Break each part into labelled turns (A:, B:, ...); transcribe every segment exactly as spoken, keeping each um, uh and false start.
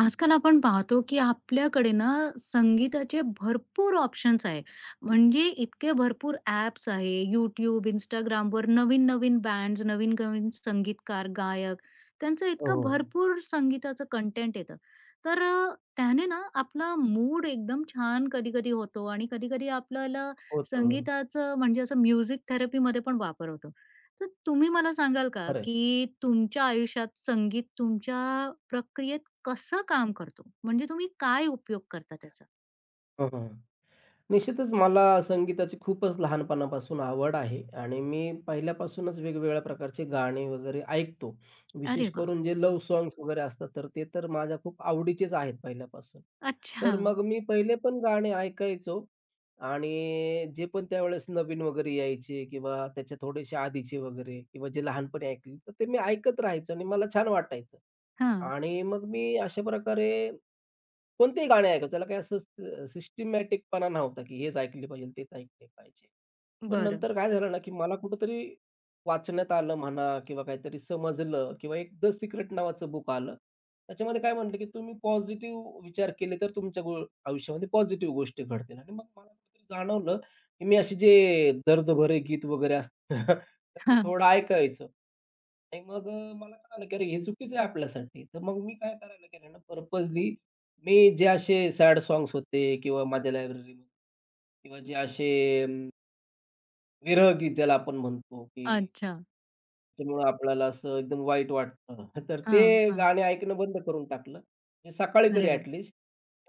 A: आजकाल आपण पाहतो, की आपल्याकडे ना संगीताचे भरपूर ऑप्शन्स आहे. म्हणजे इतके भरपूर ॲप्स आहे. यूट्यूब, Instagramवर नवीन-नवीन बँड्स, नवीन-नवीन संगीतकार, गायक त्यांचं
B: हो,
A: इतकं
B: हो.
A: भरपूर संगीताचं कंटेंट येतं. तर अ, त्याने ना आपला मूड एकदम छान कधी-कधी होतो आणि कधी-कधी आपल्याला
B: होतं.
A: संगीताचं म्हणजे असं म्युझिक थेरपीमध्ये पण वापर होतो. तर तुम्ही मला सांगाल का,
B: खरं आहे.
A: की तुमच्या आयुष्यात संगीत तुमच्या प्रक्रियेत कसं काम करतो? म्हणजे तुम्ही काय उपयोग करता त्याचा?
B: हं, हं. निश्चितच मला संगीताची खूपच लहानपणापासून आवड आहे आणि मी पहिल्यापासूनच वेगवेगळ्या प्रकारचे गाणे वगैरे ऐकतो.
A: अरे
B: विशेष
A: वाह!
B: करून जे लव्ह सॉन्ग्स वगैरे असतात, तर ते तर माझ्या खूप आवडीचेच आहेत पहिल्यापासून.
A: अच्छा.
B: तर मग मी पहिले पण गाणे ऐकायचो आणि जे पण त्यावेळेस नवीन वगैरे यायचे किंवा त्याच्या थोडेसे आधीचे वगैरे किंवा जे लहानपणी ऐकले, तर ते मी ऐकत राहायचो आणि मला छान वाटायचं.
A: हां.
B: आणि मग मी अशा प्रकारे कोणतेही गाणे ऐकायचो. त्याला काही असं अ, सिस्टमॅटिकपणा नव्हता, की हेच ऐकले पाहिजे, तेच ऐकले पाहिजे. पण
A: बरं.
B: नंतर काय झालं ना, की मला कुठेतरी वाचण्यात आलं म्हणा किंवा काहीतरी समजलं किंवा एक द सिक्रेट नावाचं बुक आलं. त्याच्यामध्ये काय म्हटलं, की तुम्ही पॉझिटिव्ह विचार केले तर तुमच्या गो आयुष्यामध्ये पॉझिटिव्ह गोष्टी घडतील. आणि मग मला कुठेतरी जाणवलं, की मी असे जे दर्दभरे गीत वगैरे असतं तर ते
A: हां.
B: थोडं ऐकायचो. आणि मग अ, मला कळालं की अरे हे चुकीचं आहे आपल्यासाठी. तर मग मी काय करायला केलं ना पर्पजली मी जे असे सॅड सॉन्ग्स होते किंवा माझ्या लायब्ररीमध्ये किंवा जे असे अं, विरह गीत ज्याला आपण म्हणतो, की
A: अच्छा.
B: त्याच्यामुळं आपल्याला असं एकदम वाईट वाटतं. तर
A: हां,
B: ते
A: हां.
B: गाणे ऐकणं बंद करून टाकलं. म्हणजे सकाळी तरी
A: अरे वाह!
B: ॲटलीस्ट.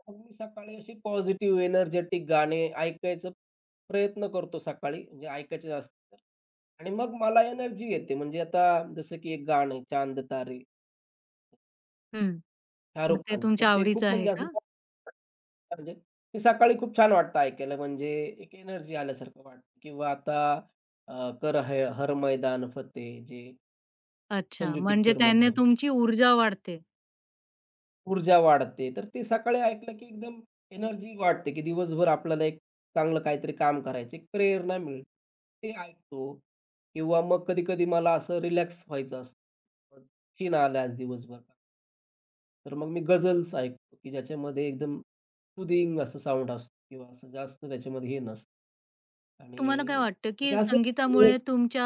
B: मग मी सकाळी अशी पॉझिटिव्ह एनर्जेटिक गाणे ऐकायचा प्रयत्न करतो सकाळी, म्हणजे ऐकायचे असतील आणि मग मला एनर्जी येते. म्हणजे आता जसं की एक गाणं आहे चांद तारे.
A: हं. मग
B: शाहरुख
A: ते
B: खानचं. तर
A: तुमच्या
B: ते खूप
A: आवडीचं आहे
B: म्हणजे असं
A: का?
B: म्हणजे ते सकाळी खूप छान वाटतं ऐकायला म्हणजे एक एनर्जी आल्यासारखं वाटतं किंवा आता अ, कर है हर मैदान फतेह जे
A: अच्छा.
B: संजू
A: म्हणजे त्याने
B: पिक्चरमधलं
A: तुमची ऊर्जा वाढते.
B: ऊर्जा वाढते. तर ते सकाळी ऐकलं की एकदम एनर्जी वाटते, की दिवसभर आपल्याला एक चांगलं काहीतरी काम करायचं, एक प्रेरणा मिळते. ते ऐकतो किंवा मग कधी-कधी मला असं रिलॅक्स व्हायचं असतं. मग शीण आला आज दिवसभर. तर मग मी गझल्स ऐकतो, की ज्याच्यामध्ये एकदम सुदिंग असं साउंड असतं किंवा असं जास्त त्याच्यामध्ये हे नसतं
A: तुम्हाला काय
B: आणि
A: वाटतं,
B: म्हणजे
A: की
B: असं
A: संगीतामुळे तुमच्या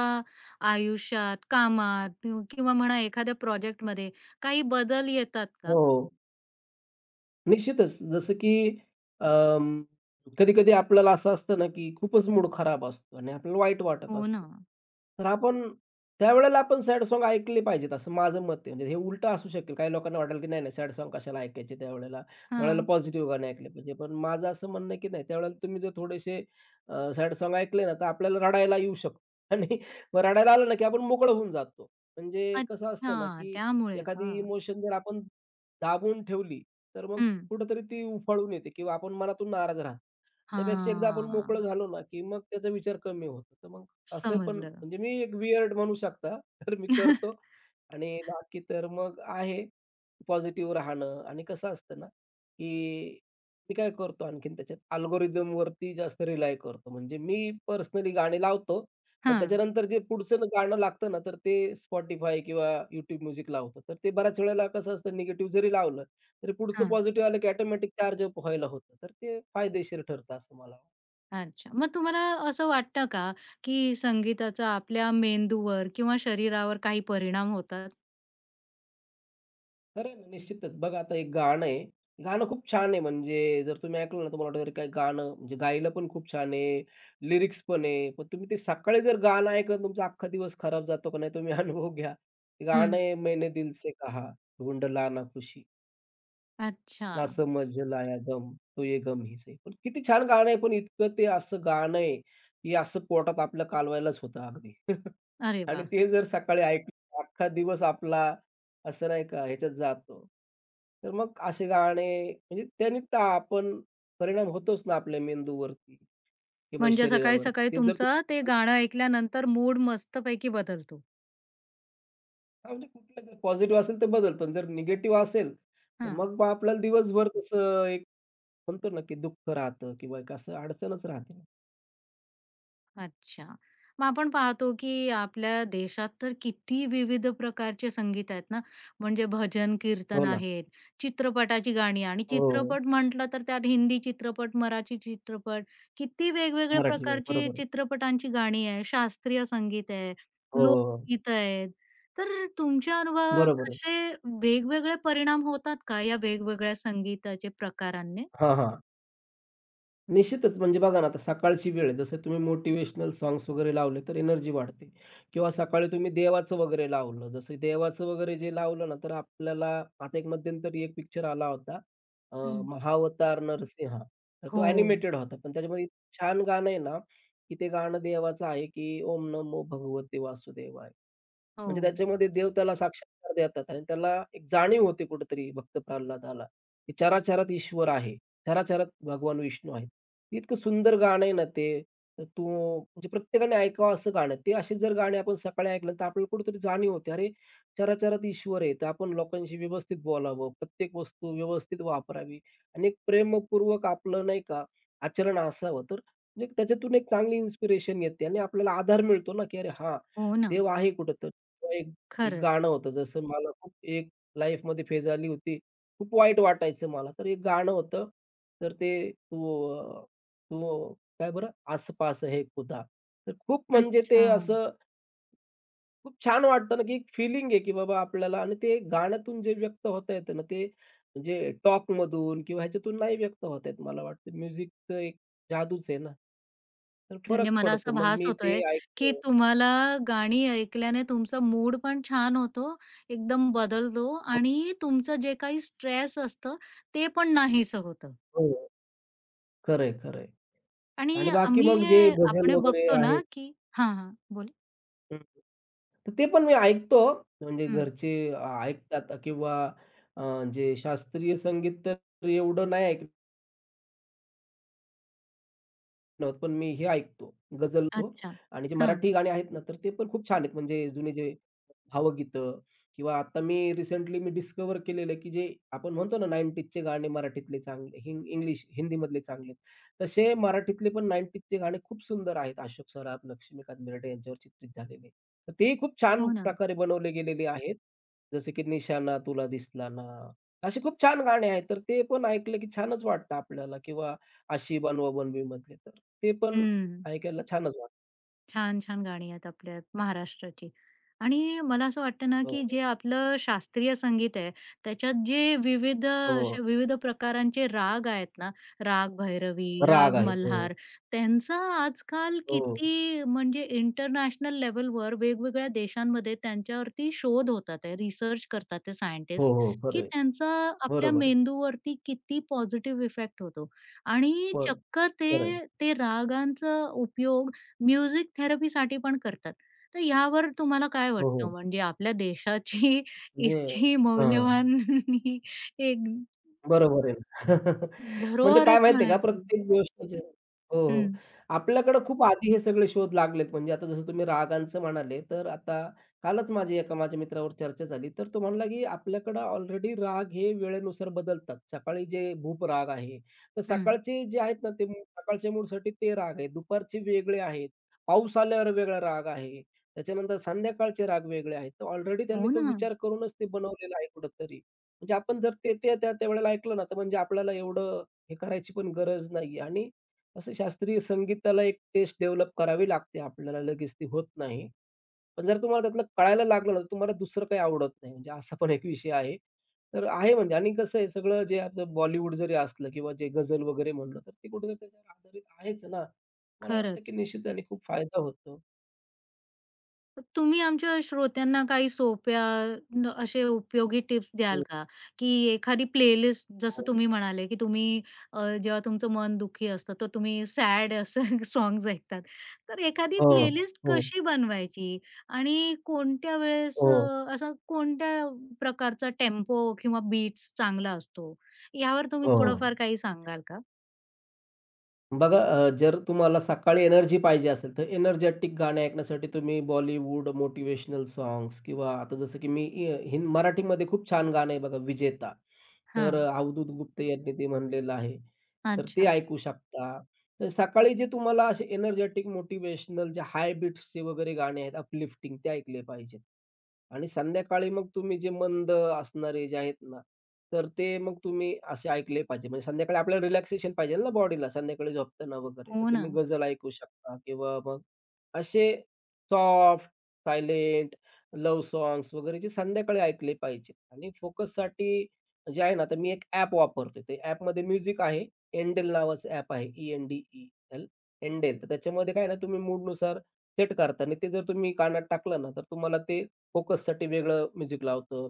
A: आयुष्यात, कामात किंव किंवा म्हणा एखाद्या प्रोजेक्टमध्ये काही बदल येतात का?
B: हो. निश्चितच. जसं की अं, कधी-कधी आपल्याला असं असतं ना, की खूपच मूड खराब असतो आणि आपल्याला वाईट वाटत
A: हो ना.
B: असतं. तर आपण त्यावेळेला आपण सॅड सॉन्ग ऐकले पाहिजेत, असं माझं मत आहे. म्हणजे हे उलटं असू शकेल. काही लोकांना वाटेल, की नाही-नाही सॅड सॉन्ग कशाला ऐकायचे त्यावेळेला, त्यावेळेला
A: हां.
B: पॉझिटिव्ह गाणे ऐकले पाहिजे. पण माझं असं म्हणणं आहे, की नाही त्यावेळेला तुम्ही जर थोडेसे सॅड सॉन्ग ऐकले ना, तर आपल्याला रडायला येऊ शकतं. आणि मग रडायला आलं ना, की आपण मोकळं होऊन जातो. म्हणजे कसं
A: अच्छा.
B: असतं ना, की
A: त्यामुळे
B: एखादी
A: का?
B: इमोशन जर आपण दाबून ठेवली, तर मग
A: हं.
B: कुठेतरी ती उफाळून येते किंवा आपण मनातून नाराज राहतो. त्यापेक्षा एकदा आपण
A: हां.
B: मोकळं झालो ना, की मग त्याचा विचार कमी होतो. तर मग असं पण
A: समजलं.
B: म्हणजे मी एक वियर्ड म्हणू शकता. तर मी करतो आणि बाकी तर मग आहे पॉझिटिव्ह राहणं आणि कसं असतं ना, की मी काय करतो आणखीन त्याच्यात अल्गोरिदमवरती जास्त रिलाय करतो. म्हणजे मी पर्सनली गाणी लावतो, पण
A: हां.
B: त्याच्यानंतर जे पुढचं न- गाणं लागतं ना, तर ते Spotify किंवा YouTube म्युझिक लावतो. तर ते बऱ्याच वेळेला कसं असतं निगेटिव्ह जरी लावलं, तर पुढचं
A: हां.
B: पॉझिटिव्ह आलं की ऑटोमॅटिक चार्ज अप व्हायला होतं. तर ते फायदेशीर ठरतं असं मला वाटतं.
A: अच्छा. मग तुम्हाला असं वाटतं का, की संगीताचा आपल्या मेंदूवर किंवा शरीरावर काही परिणाम होतात?
B: खरं आहे ना, निश्चितच. बघा आता एक गाणं आहे. गाणं खूप छान आहे म्हणजे जर तुम्ही ऐकलं ना, तुम्हाला वाटेल अरे काय गाणं म्हणजे गायला पण खूप छान आहे, लिरिक्स पण आहे. पण तुम्ही ते सकाळी जर गाणं ऐकलं तुमचा अख्खा दिवस खराब जातो का नाही तुम्ही अनुभव घ्या. ते
A: हं.
B: गाणं आहे मैंने दिल से कहा ढूंढ लाना खुशी.
A: अच्छा.
B: ना समझला या गम, तो ये गम ही सही. पण किती छान गाणं आहे, पण इतकं ते असं गाणं आहे, की असं पोटात आपल्या कालवायलाच होतं अगदी.
A: अरे
B: आणि
A: वाह!
B: ते जर सकाळी ऐकलं अख्खा दिवस आपला असं नाही का ह्याच्यात जातो. तर मग असे गाणे म्हणजे त्याने तर आपण परिणाम होतोच ना आपल्या मेंदूवरती किंवा
A: म्हणजे
B: शरीरावर.
A: सकाळी-सकाळी
B: ते जर
A: तुमचं ते
B: तुम्ही
A: गाणं ऐकल्यानंतर मूड मस्तपैकी बदलतो.
B: हां, म्हणजे कुठलं पॉझिटिव्ह असेल तर बदल, पण जर निगेटिव्ह असेल, तर
A: हां.
B: मग बा आपल्याला दिवसभर तसं एक म्हणतो ना, की दुःख राहतं किंवा एक असं अडचणच राहते.
A: अच्छा. मग आपण पाहतो, की आपल्या देशात तर किती विविध प्रकारचे संगीत आहेत ना, म्हणजे भजन,
B: हो
A: कीर्तन
B: ना.
A: आहेत, चित्रपटाची गाणी आणि
B: हो, हो. हो.
A: चित्रपट म्हटलं तर त्यात हिंदी चित्रपट, मराठी चित्रपट, किती वेगवेगळ्या
B: मराठी.
A: प्रकारची
B: बरोबर आहे.
A: चित्रपटांची गाणी आहे, शास्त्रीय संगीत आहे,
B: हो, हो, हो.
A: लोकगीतं आहेत. तर तुमच्या अनुभवात
B: बरोबर आहे.
A: असे वेगवेगळे परिणाम होतात का या वेगवेगळ्या संगीताचे प्रकारांनी?
B: हां, हां. निश्चितच. म्हणजे बघा ना, आता सकाळची वेळ आहे. जसं तुम्ही मोटिव्हेशनल सॉन्ग्स वगैरे लावले, तर एनर्जी वाढते किंवा सकाळी तुम्ही देवाचं वगैरे लावलं. जसं देवाचं वगैरे जे लावलं ना, तर आपल्याला आता एक मध्यंतरी एक पिक्चर आला होता अ,
A: हं.
B: महावतार नरसिंहा. तर तो
A: हो.
B: ॲनिमेटेड होता. पण त्याच्यामध्ये इतकं छान गाणं आहे ना, की ते गाणं देवाचं आहे, की ओम नमो भगवते वासुदेवाय. म्हणजे
A: हो.
B: त्याच्यामध्ये देव त्याला साक्षात्कार देतात आणि त्याला एक जाणीव होते कुठेतरी भक्त प्रल्हादाला, की चराचरात ईश्वर आहे. चराचरात भगवान विष्णू आहे. इतकं सुंदर गाणं आहे ना ते. तर तू म्हणजे प्रत्येकाने ऐकावं असं गाणं. ते असे जर गाणे आपण सकाळी ऐकलं तर आपल्याला कुठेतरी जाणीव होते, अरे चराचरात ईश्वर आहे. तर आपण लोकांशी व्यवस्थित बोलावं, प्रत्येक वस्तू व्यवस्थित वापरावी आणि एक प्रेमपूर्वक आपलं नाही का आचरण असावं. तर म्हणजे त्याच्यातून एक चांगली इन्स्पिरेशन येते आणि आपल्याला आधार मिळतो ना, की अरे हां,
A: हो ना.
B: देव आहे कुठेतरी. किंवा एक एक
A: खरंच.
B: गाणं होतं जसं मला खूप एक लाईफमध्ये फेज आली होती. खूप वाईट वाटायचं मला. तर एक गाणं होतं. तर ते तो तो काय बरं? आस-पास है खुदा. तर खूप म्हणजे ते
A: अच्छा.
B: असं खूप छान वाटतं ना, की एक फीलिंग आहे, की बाबा आपल्याला आणि ते गाण्यातून जे व्यक्त होता येतं ना, ते म्हणजे टॉकमधून किंवा ह्याच्यातून नाही व्यक्त होत आहेत. मला वाटतं म्युझिकचं एक जादूच आहे ना, तर
A: म्हणजे
B: फरक
A: मला
B: पडतो.
A: असा
B: मग
A: भास
B: मी ते
A: होतोय, की
B: ऐकतो.
A: तुम्हाला गाणी ऐकल्याने तुमचा मूड पण छान होतो, एकदम बदलतो आणि तुमचं जे काही स्ट्रेस असतं, ते पण नाहीसं होतं.
B: हो, खरं आहे,
A: आणि
B: आणि बाकी
A: आम्ही
B: मग जे
A: हे
B: भजन
A: आपण हे
B: वगैरे
A: बघतो ना,
B: आहेत
A: की हां, हां. बोला.
B: हं, तर ते पण मी ऐकतो. म्हणजे
A: हं.
B: घरचे अ, ऐकतात किंवा अ, जे शास्त्रीय संगीत तर एवढं नाही ऐकत. नव्हतं, पण मी हे ऐकतो, गझल तो
A: अच्छा.
B: आणि जे
A: हां.
B: मराठी गाणी आहेत ना, तर ते पण खूप छान आहेत. म्हणजे जुने जे भावगीतं किंवा आता मी रिसेंटली मी डिस्कव्हर केलेलं आहे, की जे आपण म्हणतो ना नव्वदचे गाणे मराठीतले चांगले, हिंग इंग्लिश हिंदीमधले चांगले तसे मराठीतले पण नव्वदचे गाणे खूप सुंदर आहेत. अशोक सराफ, लक्ष्मीकांत बेर्डे यांच्यावर चित्रित झालेले. तर तेही खूप छान
A: हो ना.
B: प्रकारे बनवले गेलेले आहेत. जसे की निशाणा, तुला दिसला ना, असे खूप छान गाणे आहेत. तर ते पण ऐकलं की छानच वाटतं आपल्याला किंवा आशी बनवा बनवी मधले तर. ते पण
A: हं.
B: ऐकायला छानच वाटतं.
A: छान, छान गाणी आहेत आपल्या महाराष्ट्राची. आणि मला असं वाटतं ना,
B: हो,
A: की
B: हो.
A: जे आपलं शास्त्रीय संगीत आहे, त्याच्यात जे विविध
B: हो.
A: असे विविध प्रकारांचे राग आहेत ना, राग भैरवी,
B: राग
A: राग
B: आहेत. हो,
A: मल्हार, त्यांचा आजकाल
B: हो.
A: किती म्हणजे इंटरनॅशनल लेव्हलवर वेगवेगळ्या देशांमध्ये त्यांच्यावरती शोध होतात आहे, रिसर्च करतात ते
B: हो,
A: सायंटिस्ट,
B: हो. खरं
A: की
B: आहे.
A: त्यांचा आपल्या
B: बरोबर आहे.
A: मेंदूवरती किती पॉझिटिव्ह इफेक्ट होतो. आणि
B: हो,
A: चक्क
B: खरं आहे.
A: ते, ते रागांचा उपयोग म्युझिक थेरपीसाठी पण करतात. तर ह्यावर तुम्हाला काय
B: हो, हो.
A: वाटतं? म्हणजे आपल्या देशाची
B: म्हणजे
A: इतकी
B: हां.
A: मौल्यवान ही एक
B: बरोबर आहे ना. म्हणजे काय
A: धरोहरच
B: माहिती का
A: म्हणायची.
B: प्रत्येक गोष्टीचे हो, हो.
A: हं.
B: आपल्याकडे खूप आधी हे सगळे शोध लागलेत. म्हणजे आता जसं तुम्ही रागांचं म्हणाले, तर आता कालच माझी एका माझ्या मित्रावर चर्चा झाली. तर तो म्हणला, की आपल्याकडं ऑलरेडी राग हे वेळेनुसार बदलतात. सकाळी जे भूप राग आहे, तर
A: हं.
B: सकाळचे जे आहेत ना, ते मू- सकाळच्या मूडसाठी ते राग आहेत. दुपारचे वेगळे आहेत. पाऊस आल्यावर वेगळा राग आहे. त्याच्यानंतर संध्याकाळचे राग वेगळे आहेत. तर ऑलरेडी त्यांनी
A: हो
B: तो
A: ना.
B: विचार करूनच ते बनवलेलं आहे कुठेतरी. म्हणजे आपण जर ते ते त्या त्या त्यावेळेला ऐकलं ना, तर म्हणजे आपल्याला एवढं हे करायची पण गरज नाहीये आणि असं शास्त्रीय संगीताला एक टेस्ट डेव्हलप करावी लागते आपल्याला, लगेच ती होत नाही. पण जर तुम्हाला त्यातलं कळायला लागलं ना, तर तुम्हाला दुसरं काही आवडत नाही. म्हणजे असा पण एक विषय आहे. तर आहे म्हणजे आणि कसं आहे सगळं जे आपलं बॉलिवूड जरी असलं किंवा जे गझल वगैरे म्हणलं, तर ते कुठेतरी त्याच्यावर आधारित आहेच ना. मला वाटतं की
A: खरंच.
B: निश्चित त्याने खूप फायदा होतो.
A: तुम्ही आमच्या श्रोत्यांना काही सोप्या न असे उपयोगी टिप्स द्याल का? की एखादी प्लेलिस्ट जसं
B: हो,
A: तुम्ही म्हणाले, की तुम्ही अ, जेव्हा तुमचं मन दुःखी असतं, तर तुम्ही सॅड असं सॉन्ग्स ऐकतात. तर एखादी
B: हो,
A: प्लेलिस्ट
B: हो,
A: कशी बनवायची? आणि कोणत्या वेळेस
B: हो,
A: अ, असा कोणत्या प्रकारचा टेम्पो किंवा बीट्स चांगला असतो? यावर तुम्ही
B: हो.
A: थोडंफार काही सांगाल का?
B: बघा अ, जर तुम्हाला सकाळी एनर्जी पाहिजे असेल, तर एनर्जेटिक गाणे ऐकण्यासाठी तुम्ही बॉलिवूड, मोटिव्हेशनल सॉन्ग्स किंवा आता जसं की मी अ, हिंद मराठीमध्ये खूप छान गाणं आहे बघा विजेता. तर अ,
A: हां.
B: अवधूत गुप्ते यांनी ते म्हणलेलं आहे. तर ते
A: अच्छा.
B: ऐकू शकता. तर सकाळी जे तुम्हाला असे एनर्जेटिक, मोटिव्हेशनल जे हाय बीट्सचे वगैरे गाणे आहेत अपलिफ्टिंग ते ऐकले पाहिजेत. आणि संध्याकाळी मग तुम्ही जे मंद असणारे जे आहेत ना, तर ते मग तुम्ही असे ऐकले पाहिजे. म्हणजे संध्याकाळी आपल्याला रिलॅक्सेशन पाहिजे ना बॉडीला संध्याकाळी झोपताना वगैरे. तर
A: हो ना.
B: तुम्ही गझल ऐकू शकता किंवा मग असे सॉफ्ट, सायलेंट, लव्ह सॉन्ग्स वगैरे जे संध्याकाळी ऐकले पाहिजे. आणि फोकससाठी जे आहे ना, आता मी एक ॲप वापरतोय. ते ॲपमध्ये म्युझिक आहे. एंडेल नावाचं ॲप आहे. E N D E L, Endel. तर त्याच्यामध्ये काय आहे ना, तुम्ही मूडनुसार सेट करता आणि ते जर तुम्ही कानात टाकलं ना, तर तुम्हाला ते फोकससाठी वेगळं म्युझिक लावतो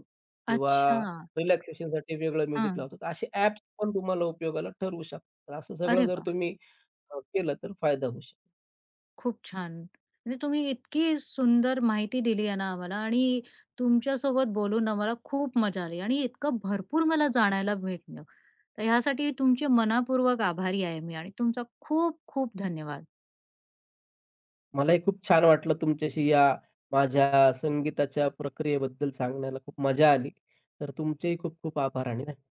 B: किंवा
A: अच्छा.
B: रिलॅक्सेशनसाठी वेगळं म्युझिक
A: हां.
B: लावतो. तर असे ॲप्स पण तुम्हाला उपयोगाला ठरवू शकतात. असं सगळं
A: अरे
B: जर
A: वाह!
B: तुम्ही अ, केलं तर फायदा होऊ शकतो.
A: खूप छान. म्हणजे तुम्ही इतकी सुंदर माहिती दिली आहे ना आम्हाला आणि तुमच्यासोबत बोलून आम्हाला खूप मजा आली आणि इतकं भरपूर मला जाणायला भेटलं. तर ह्यासाठी तुमचे मनःपूर्वक आभारी आहे मी आणि तुमचा खूप खूप धन्यवाद.
B: मलाही खूप छान वाटलं तुमच्याशी या माझ्या संगीताच्या प्रक्रियेबद्दल सांगण्याला खूप मजा आली. तर तुमचेही खूप खूप आभार आणि धन्यवाद.